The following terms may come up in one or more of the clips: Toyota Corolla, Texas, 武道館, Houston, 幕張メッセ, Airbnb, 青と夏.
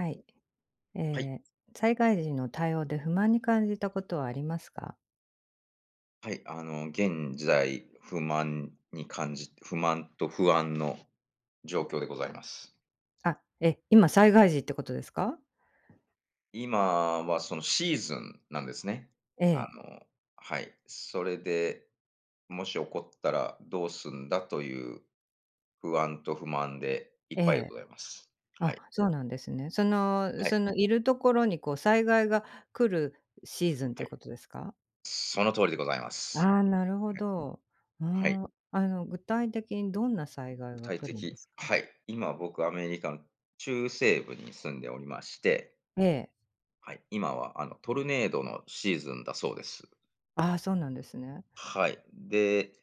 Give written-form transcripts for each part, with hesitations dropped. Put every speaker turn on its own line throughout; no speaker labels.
はい。
はい。
えー災害時の対応で不満に感じたことはありますか？
はい。現在、不満に感じ不満と不安の状況でございます。
あ、え、今災害時ってことですか？
今はそのシーズンなんですね。
え
あ
え、
の、はい。それで、もし起こったらどうすんだという不安と不満でいっ
え
ぱいで
え。
ございます。は
あ、
い。
そうなんですね。その
は
そ
い。
のいるところにこう災害が来るシーズンって
は
いう
い。
ことですか？
その通りでございます。
ああー、なるほ
はい。
ど。う
はい。
ん。あの具体的にどんな災害
具
が
体
来るんで
的
すか？
はい。今、僕アメリカの中西部に住んでおりまして、
ええ。
はい、今はトルネードのシーズンだそうです。
ああ、そうなんですね。
はい。で、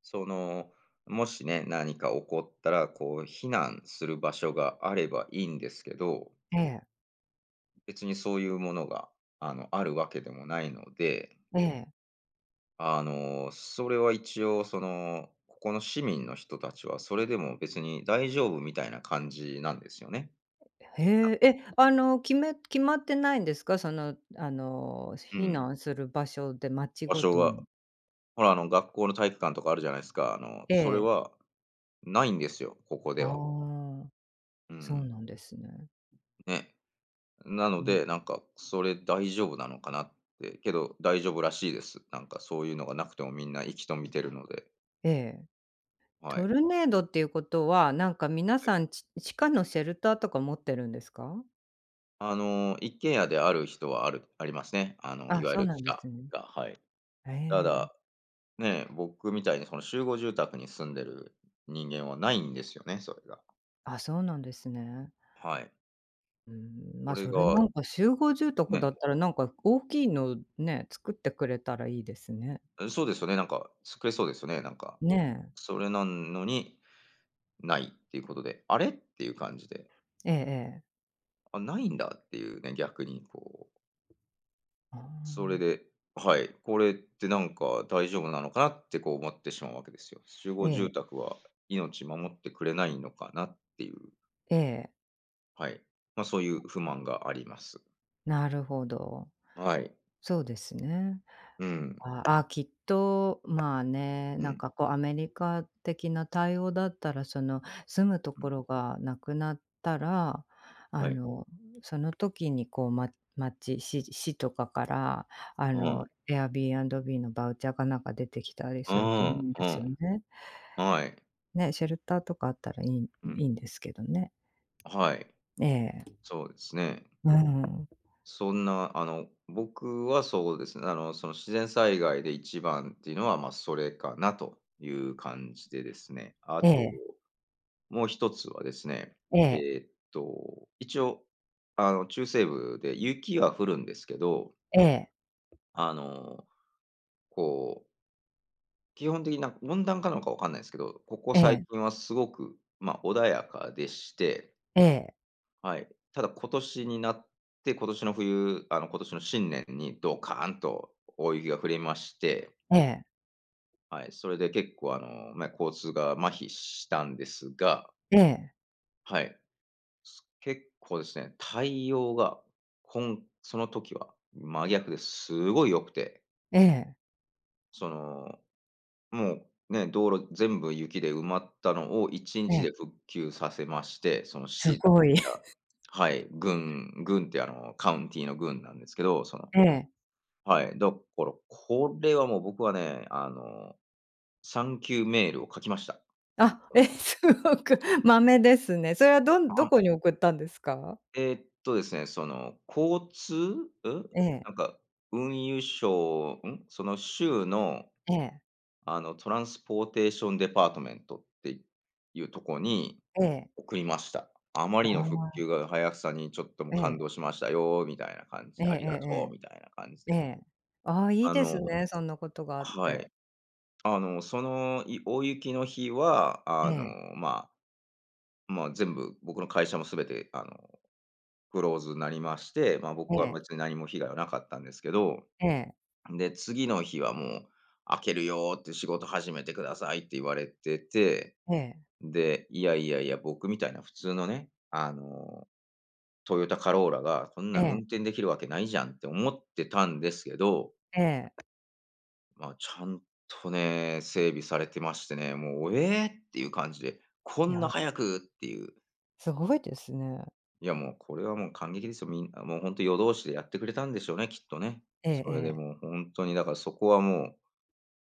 その、もしね、何か起こったら、こう、避難する場所があればいいんですけど、
ええ、
別にそういうものが、あるわけでもないので、
ええ。
それは一応、ここの市民の人たちは、それでも別に大丈夫みたいな感じなんですよね。
へえ、え、あの、決まってないんですか？その、あの、
う
避
ん。
難する場所で町
場
ご
所
と
が、
に。
ほら、学校の体育館とかあるじゃないですか。
え
それ
え。
はないんですよ、ここ
あ
では。
あ、
う
そう
ん。
なんですね。
ね。なの
うん。
で、なんか、それ大丈夫なのかなって、けど大丈夫らしいです。なんかそういうのがなくてもみんな生きと見てるので、
ええ。
は
ト
い。
ルネードっていうことは、なんか皆さん、地下のシェルターとか持ってるんですか？
一軒家である人はありますね。い
あ、
わゆ
そう
る
な
地
んで
下
すね。
が、はい。
え
た
え。
だ、ね、僕みたいにその集合住宅に住んでる人間はないんですよね、それが。
あ、そうなんですね。
はい。
うーん、
こ
ま、
れ
それ
が、
なんか集合住宅
ね、
だったら、なんか大きいのね、作ってくれたらいいですね。
そうですよね、なんか作れそうですよね、なんか。
ねえ。
それなのに、ないっていうことで、あれ？っていう感じで。
ええええ。
あ、ないんだっていうね、逆にこう、
あ
それ
あ、
で、はい、これってなんか大丈夫なのかなってこう思ってしまうわけですよ。集合住
ええ
宅は命守ってくれないのかなっていう、
ええ、
はい。まあそういう不満があります。
なるほど。
はい。
そうですね。
うん。
ああ、きっと、まあね、
う
なん
ん。
かこうアメリカ的な対応だったら、その住むと
う
こ
ん。
ろがなくなったら、
は
あ
い。
の、その時にこう、ま、市とかから、あ
うん。
の、Airbnb のバウチャーかなんか出てきたり
う
すると思う
ん。
んで
う
すよ
ん。
ね。
はい。
ね、シェルターとかあったらいい
う
い
ん。
いんですけどね。
はい。
ええ。
そうですね。
うん。
そんな、僕はそうですね、その自然災害で一番っていうのは、まあ、それかなという感じでですね。あ
え
と、
え、
もう一つはですね、
ええ、
一応、中西部で雪は降るんですけど、
ええ、
あの、こう、基本的な温暖化なのかわかんないですけど、ここ
え
最
え、
近はすごく、まあ、穏やかでして、
ええ、
はい。ただ今年になって、今年の冬、今年の新年にドカーンと大雪が降りまして、
ええ。
はい、それで結構まあ、交通が麻痺したんですが、
ええ、
はい、結構ですね、対応が今、その時は真逆ですごい良くて、
ええ、
その、もうね、道路全部雪で埋まったのを1
え
日
え、
で復旧させまして、その
す
市
ごい。
やはい、郡って、カウンティの郡なんですけど、その、
ええ。
はい、だから、これはもう僕はね、サンキューメールを書きました。
あ、
こ
え、
の、
すごく豆ですね。それはどんどこ
あ
に送ったんですか？
えーっとですね、交通ん、
え
な
え、
んか、運輸省ん、その州の、
ええ、
トランスポーテーションデパートメントっていうとこに
ええ。
送りました。あまり
あ
の復旧
あ、
が早さにちょっともう
え
感
え、
動しましたよ、みたいな感じ
ええ
で、ありがとう
え
みたいな感じ
えええ、え
で。
え。ああ、いい
あ
です
の
ね、そんなことがあっ
は
て。
い。その大雪の日は、
ええ、
ままあ、全部、僕の会社もすべて、クローズになりまして、まあ、
え
僕は
え、
別に何も被害はなかったんですけど、
ええ、
で、次の日はもう、開けるよーって仕事始めてくださいって言われてて、
ええ、
で、いやいやいや、僕みたいな普通のね、トヨタカローラが、そんな
え
の運
え、
転できるわけないじゃんって思ってたんですけど、
ええ。
まあ、ちゃんとね、整備されてましてね、もう、ええっていう感じで、こ
い
んな
や、
早くっていう。
すごいですね。
いや、もうこれはもう感激ですよ。みんなもうほんと夜通しでやってくれたんでしょうね、きっとね。
ええ
それで
ええ、
もうほんとにだからそこはもう、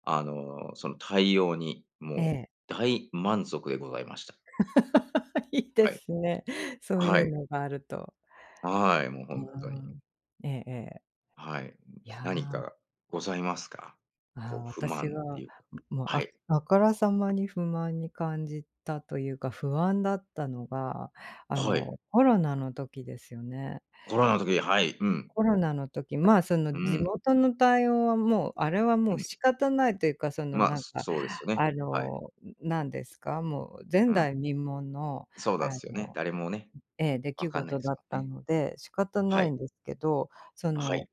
その対応にも
え
う
え。
大満足でございました。
いいで
はい。
すね、そう
は
いう
い。
のがあると。
はい、もうほ
う
んと
ー
に。
ん。ええええ。
はい。
いや。
何かございますか？
あ
こ
あ、
う不
私
満って
が、
いうか。
まあ、
は
あ
い。
あからさまに不満に感じたというか、不安だったのが、あ
はい。
の、コロナの時ですよね。
コロナの時、はい、うん。
コロナの時、まあ、そ
う
の地
ん。
元の対応はもう、あれは
う
もう
ん。
仕方ないというか、その
まあ、
なん
そ
か、
そうですよね。
あ
はい。
の、なんですか、もう前
うん。
代未聞の、
そう
あ
だっすよね。
の、
誰もね、
ええ、出来
分かんない
事
で
だ
す
っ
も
た
んね。
ので、仕方
は
な
い。
いんですけど、そ
はい。
の、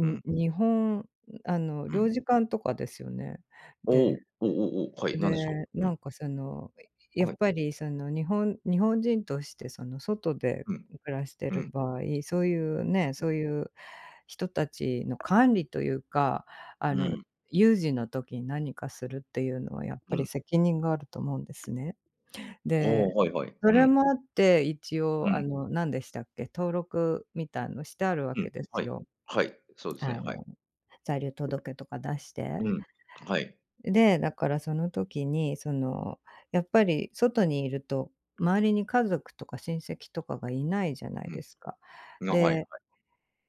うん。
日本あの
う
領
ん。
事館とかですよね。
おお、
で、
おおおおおう、はい、なんでしょ
で、
う？う
な
ん、
んかその、や
は
っ
い、
ぱりその日本人としてその外で
うん、
暮らして
う
る
ん、
場合、そういうね、そういう人たちの管理というか、あ
う
の、
ん、
有事の時に何かするっていうのはやっ
う
ぱり
ん。
責任があると思うんですね。
ああ、
で、
はいはい。
そ
う
れ
ん、
もあって一
う
応あ
ん、
の、何でしたっけ、登録みたいのしてあるわ
う
け
ん、
で
は
す
い、
よ。
はい、そうです
あ
ね、はい。
の、在留届とか出して。
うん、はい、
で、だからその時に、その、やっぱり外にいると、周りに家族とか親戚とかがいないじゃない
うん、
ですか。
はい、
で、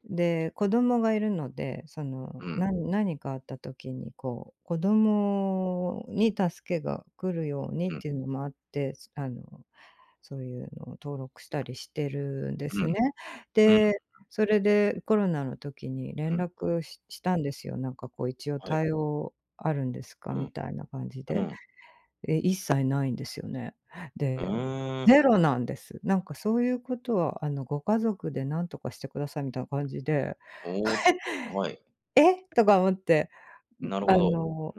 で、子供がいるので、その、
うん、
何かあった時にこう、子供に助けが来るようにっ
うん、
ていうのもあって、あのそういうのを登録したりしてるんで
う
すね。
ん、うん、
で、それでコロナの時に
う
連
ん、
絡ししたんですよ。なんかこう一応
はい、
対応あるんですか、
う
み
ん、
たいな感じ
う
で。
ん、
え、一切ないんですよね。
う
で、
ーん、
ゼロなんです。なんかそういうことはあのご家族で何とかしてくださいみたいな感じで
おお、はい、
「え？」とか思って、
なるほ
あ
ど。
の、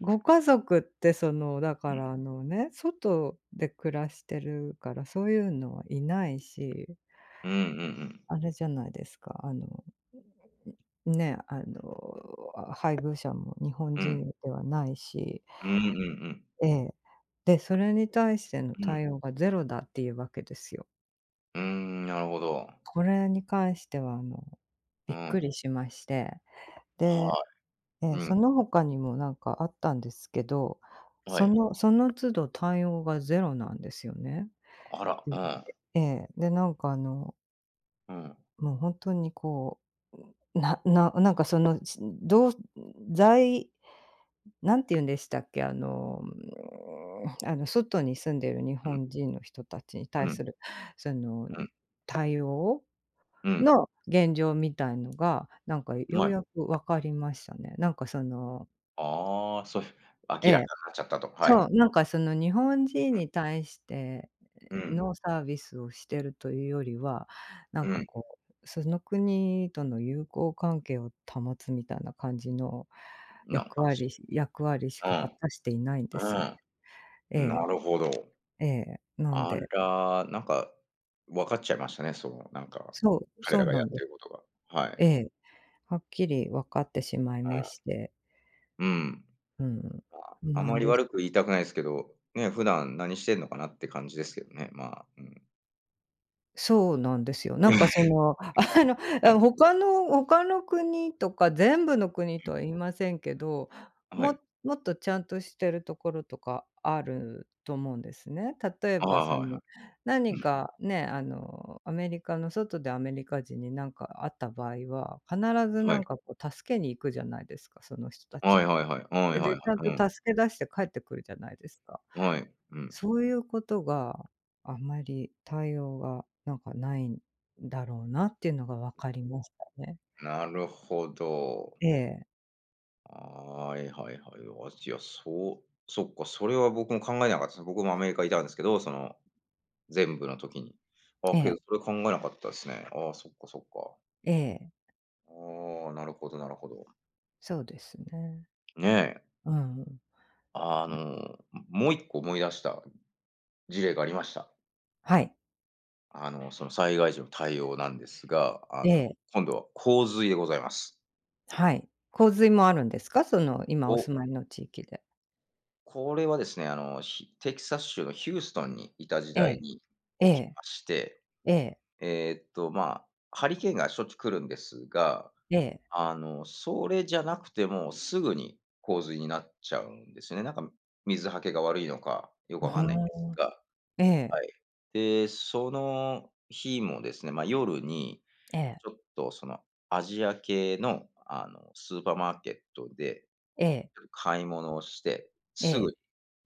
ご家族ってその、だ
う
か
ん、
らあのね、外で暮らしてるから、そういうのはいないし、
うんうん
あれじゃないですか、あの、ね、あの、あ、配偶者も日本
うん、うん
人ではないし、
あはいはいうんうんうん、
ええ。で、それに対しての
うん、
対応がゼロだっていうわけですよ。
うーん、なるほど。
これに関してはあの、
う
びっ
ん、
くりしまして、で、
はい、
え、
う
そ
ん、
の他にもなんかあったんですけど、
は
そ
い、
のその都度対応がゼロなんですよね。
あ
ええ。
ら、
ええ、で、なんかあの、
うん、うん、
もうほんとにこう、なんかその、しどう在何て言うんでしたっけ、あの、あの、外に住んでる日本人の人たちに
うん、う
対
ん、
する、その、
う
対応
ん、
の現状みたいのが、なんか
うん、
よ
は
うや
い。
く分かりましたね。なんかその、
ああ、そういう明
え
ら
え。
かになっちゃったと。はい。
そう、なんかその日本人に対して
うん、
のサービスをしてるというよりは、な
う
んか
ん。
こう、その国との友好関係を保つみたいな感じの
なんか、そう。
役割し
う
か果
ん、
たしていないんですよね。
う
え
ん。なるほど。
え、ええ。なん
あ
で、
ら、なんか、分かっちゃいましたね、なんか、
そう、
彼
そ
ら
う
が
な
や
ん
っ
で
て
す。
ることが。は
え
い。
え、はっきり分かってしまい
うん。
まして、
うん。
うん、
まあ、
不
あま
満
り
です。
悪く言いたくないですけど、ね、普段何してんのかなって感じですけどね、まあ、うん。
そうなんですよ。なんかそ の、あの、
はい。
あ、他の国とか全部の国とは言いませんけど、
はい。
もっとちゃんとしてるところとかあると思うんですね。例え
あ
ば
あ、
そ
はいは
の、
い。
何
う
かね、あの、アメリカの外でアメリカ人になんかあった場合は、必ず
ん、は
な
い。
んかこう助けに行くじゃないですか、その人た
は
ち
い
を。
はいはい。はい
で、
は
で、
い
ちゃん
はい。
と助け出して帰ってくるじゃないですか。
うん。はい。うん。
そういうことが、あんまり対応がなんかないんだろうなっていうのが分かりましたね。
なるほど。
ええ、
はいはいはい。あ、いや、そう、そっか、それは僕も考えなかったです。僕もアメリカいたんですけど、その全部の時に。あ、
え
けど
え、
それ考えなかったですね。ああ、そっかそっか。
ええ、
ああ、なるほどなるほど。
そうですね。
ねえ。
うん、
あの、もう一個思い出した事例がありました。
はい。
その災害時の対応なんですが、
ええ、
今度は洪水でございます。
はい。洪水もあるんですか？その今お
お、
住まいの地域で。
これはですね、テキサス州のヒューストンにいた時
ええ、
代に
え
起き
え、
まして、
ええ、
まあ、ハリケーンがしょっちゅう来るんですが、
ええ。
それじゃなくても、すぐに洪水になっちゃうんですよね。なんか、水はけが悪いのか、よくわかんないん
あ
です
あ、
が、
ええ、
はい。で、その日もですね、まあ、夜に、
ええ、
ちょっとアジア系の、スーパーマーケットで、
ええ、
買い物をして、
え
すぐ
え、
に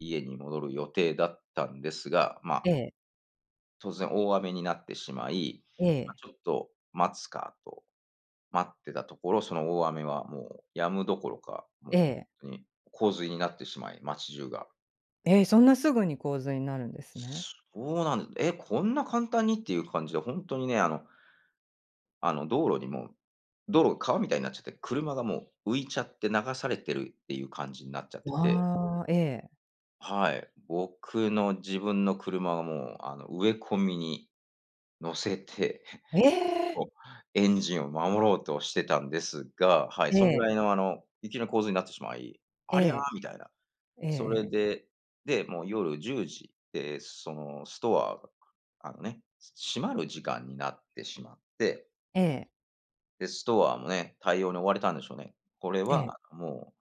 家に戻る予定だったんですが、ま
え
あ、
え、
突然大雨になってしまい、
え
まあ、
え、
ちょっと待つかと待ってたところ、その大雨はもう止むどころか、もう
え
本
え。
当に洪水になってしまい、街中が。
ええ、そんなすぐに洪水になるんですね。
そうなんですえ、こんな簡単にっていう感じで、本当にね、道路にもう道路が川みたいになっちゃって、車がもう浮いちゃって流されてるっていう感じになっちゃってて、
ああ、
はい、僕の自分の車がもうあの植え込みに乗せて
ええ！
と、エンジンを守ろうとしてたんですが、はい、
え
そんぐらい
え、
の雪の洪水になってしまい、
え
あ
え、
りゃ、みたいな。
ええ。え
それ
ええ
で、もう夜10時で、そのストアが、あのね、閉まる時間になってしまって、
え。
で、ストアもね、対応に追われたんでしょうね。これ
ええ。
はも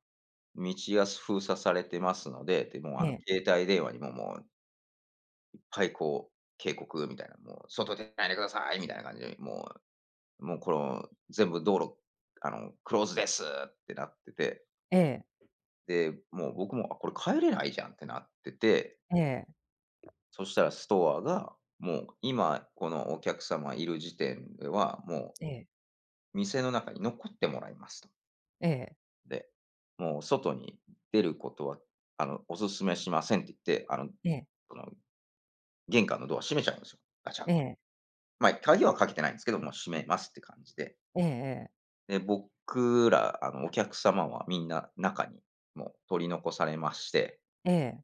う道が封鎖されてますので、で、もう
え
あの
え。
携帯電話にももういっぱいこう、警告みたいな、もう外出ないでくださいみたいな感じで、もうこの、全部道路、クローズですってなってて、
ええ。
で、もう僕も、あ、これ帰れないじゃんってなってて、
ええ。
そしたらストアが、もう今このお客様いる時点では、もう
え
店の中に残ってもらいますと。
え。
で、もう外に出ることは、お勧めしませんって言って、
ええ。
その玄関のドア閉めちゃうんですよ、ガチャ
え
ン
え。
と。
ええ。
まあ、鍵はかけてないんですけども、閉めますって感じで。
ええええ。
で、僕ら、お客様はみんな中にもう取り残されまして、
ええ。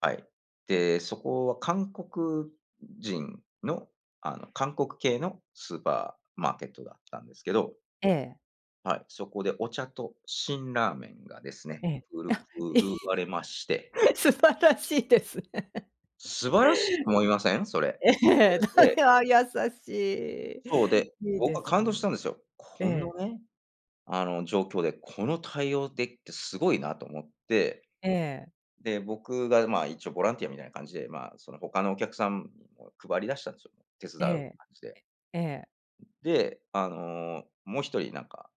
はい。で、そこは韓国人の、韓国系のスーパーマーケットだったんですけど、
ええ。
はい、そこでお茶と辛ラーメンがで
えええええええええええええええ、
すね、
あ、
振
いえ
るわれまして、
素晴らしいですね。
素晴らしいと思いません？そ れ。そ
ええ、
れで
あ、優し
そう、
い。いい
僕
で
は
す
感動し
ね。
たんですよ。
え
この
え。
ね、状況で、この対応でってすごいなと思って。
ええ。
で、僕が、まあ、一応ボランティアみたいな感じで、まあ、その他のお客さんにも配り出したんですよ。手伝
え
う
え。
感じで。
ええ。
で、もう一人なんか、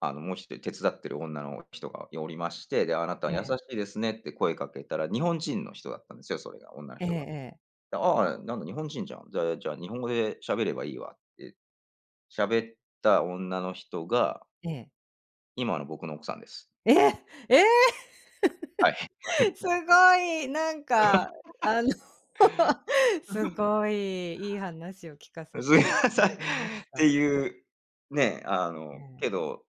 あの、もう一人手伝ってる女の人がおりまして、で、あなた
え
優し
え。
いですねって声かけたら、日本人の人だったんですよ、それが、女の人が。
え。
で、ああ、なんだ日本人じゃん。じゃあ日本語で喋ればいいわって喋った女の人が、
ええ。
今の僕の奥さんです。
ええ！ええ！
はい。
すごい、なんか、あの、すごいいい話を聞か せ
すみ
ていた
ませ
だ
ん。っ
きまし
て
た。
いう、ね、
え
け
え。
ど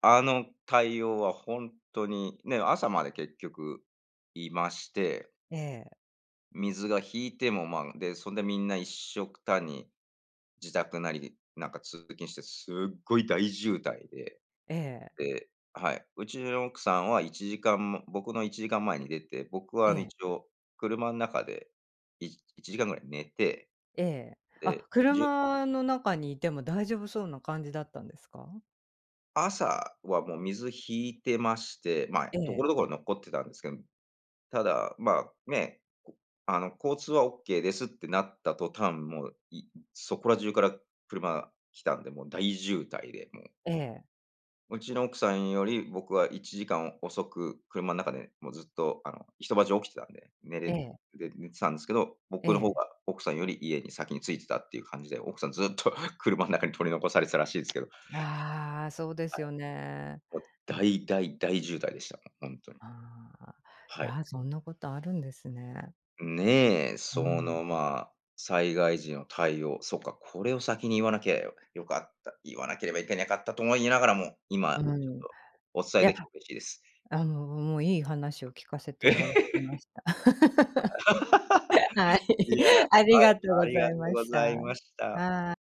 あの対応は本当に、ね、朝まで結局いまして、
ええ。
水が引いても、まあ、で、そんでみんな一緒くたに自宅なり、なんか通勤してすっごい大渋滞で、
ええ。
ではい、うちの奥さんは1時間僕の1時間前に出て、僕は
ええ。
一応車の中で1時間ぐらい寝て、
あ、
で、
車の中にいても大丈夫そうな感じだったんですか？
朝はもう水引いてまして、
え
所
え。
々残ってたんですけど、ただ、まあ、ね、こあの、交通はオッケーですってなった途端、もう、そこら中から車来たんで、もう大渋滞で、もう、
ええ。
うちの奥さんより僕は1時間遅く、車の中でもうずっと、一晩中起きてたんで、
ええ。
寝てたんですけど、
え
僕の方が
え。
奥さんより家に先に着いてたっていう感じで、奥さんずっと 車の中に取り残されてたらしいですけど、
ああ、そうですよね。
もう大大大渋滞でした。ほんに。
ああ。い
はい。
や、そんなことあるんですね。
ねえ、
うん。
まあ、災害時の対応、そっか、これを先に言わなきゃよかった、言わなければいけなかったとも言いながらも、
う
今ちょっ
ん。い
とお伝え
や、
できて嬉しいです。
あの、もういい話を聞かせていただきました。はい。
いや、
あり
はい、
がとう
あ
ご
り
ざ
が
い
とう
ま
ご
した。
ざいました。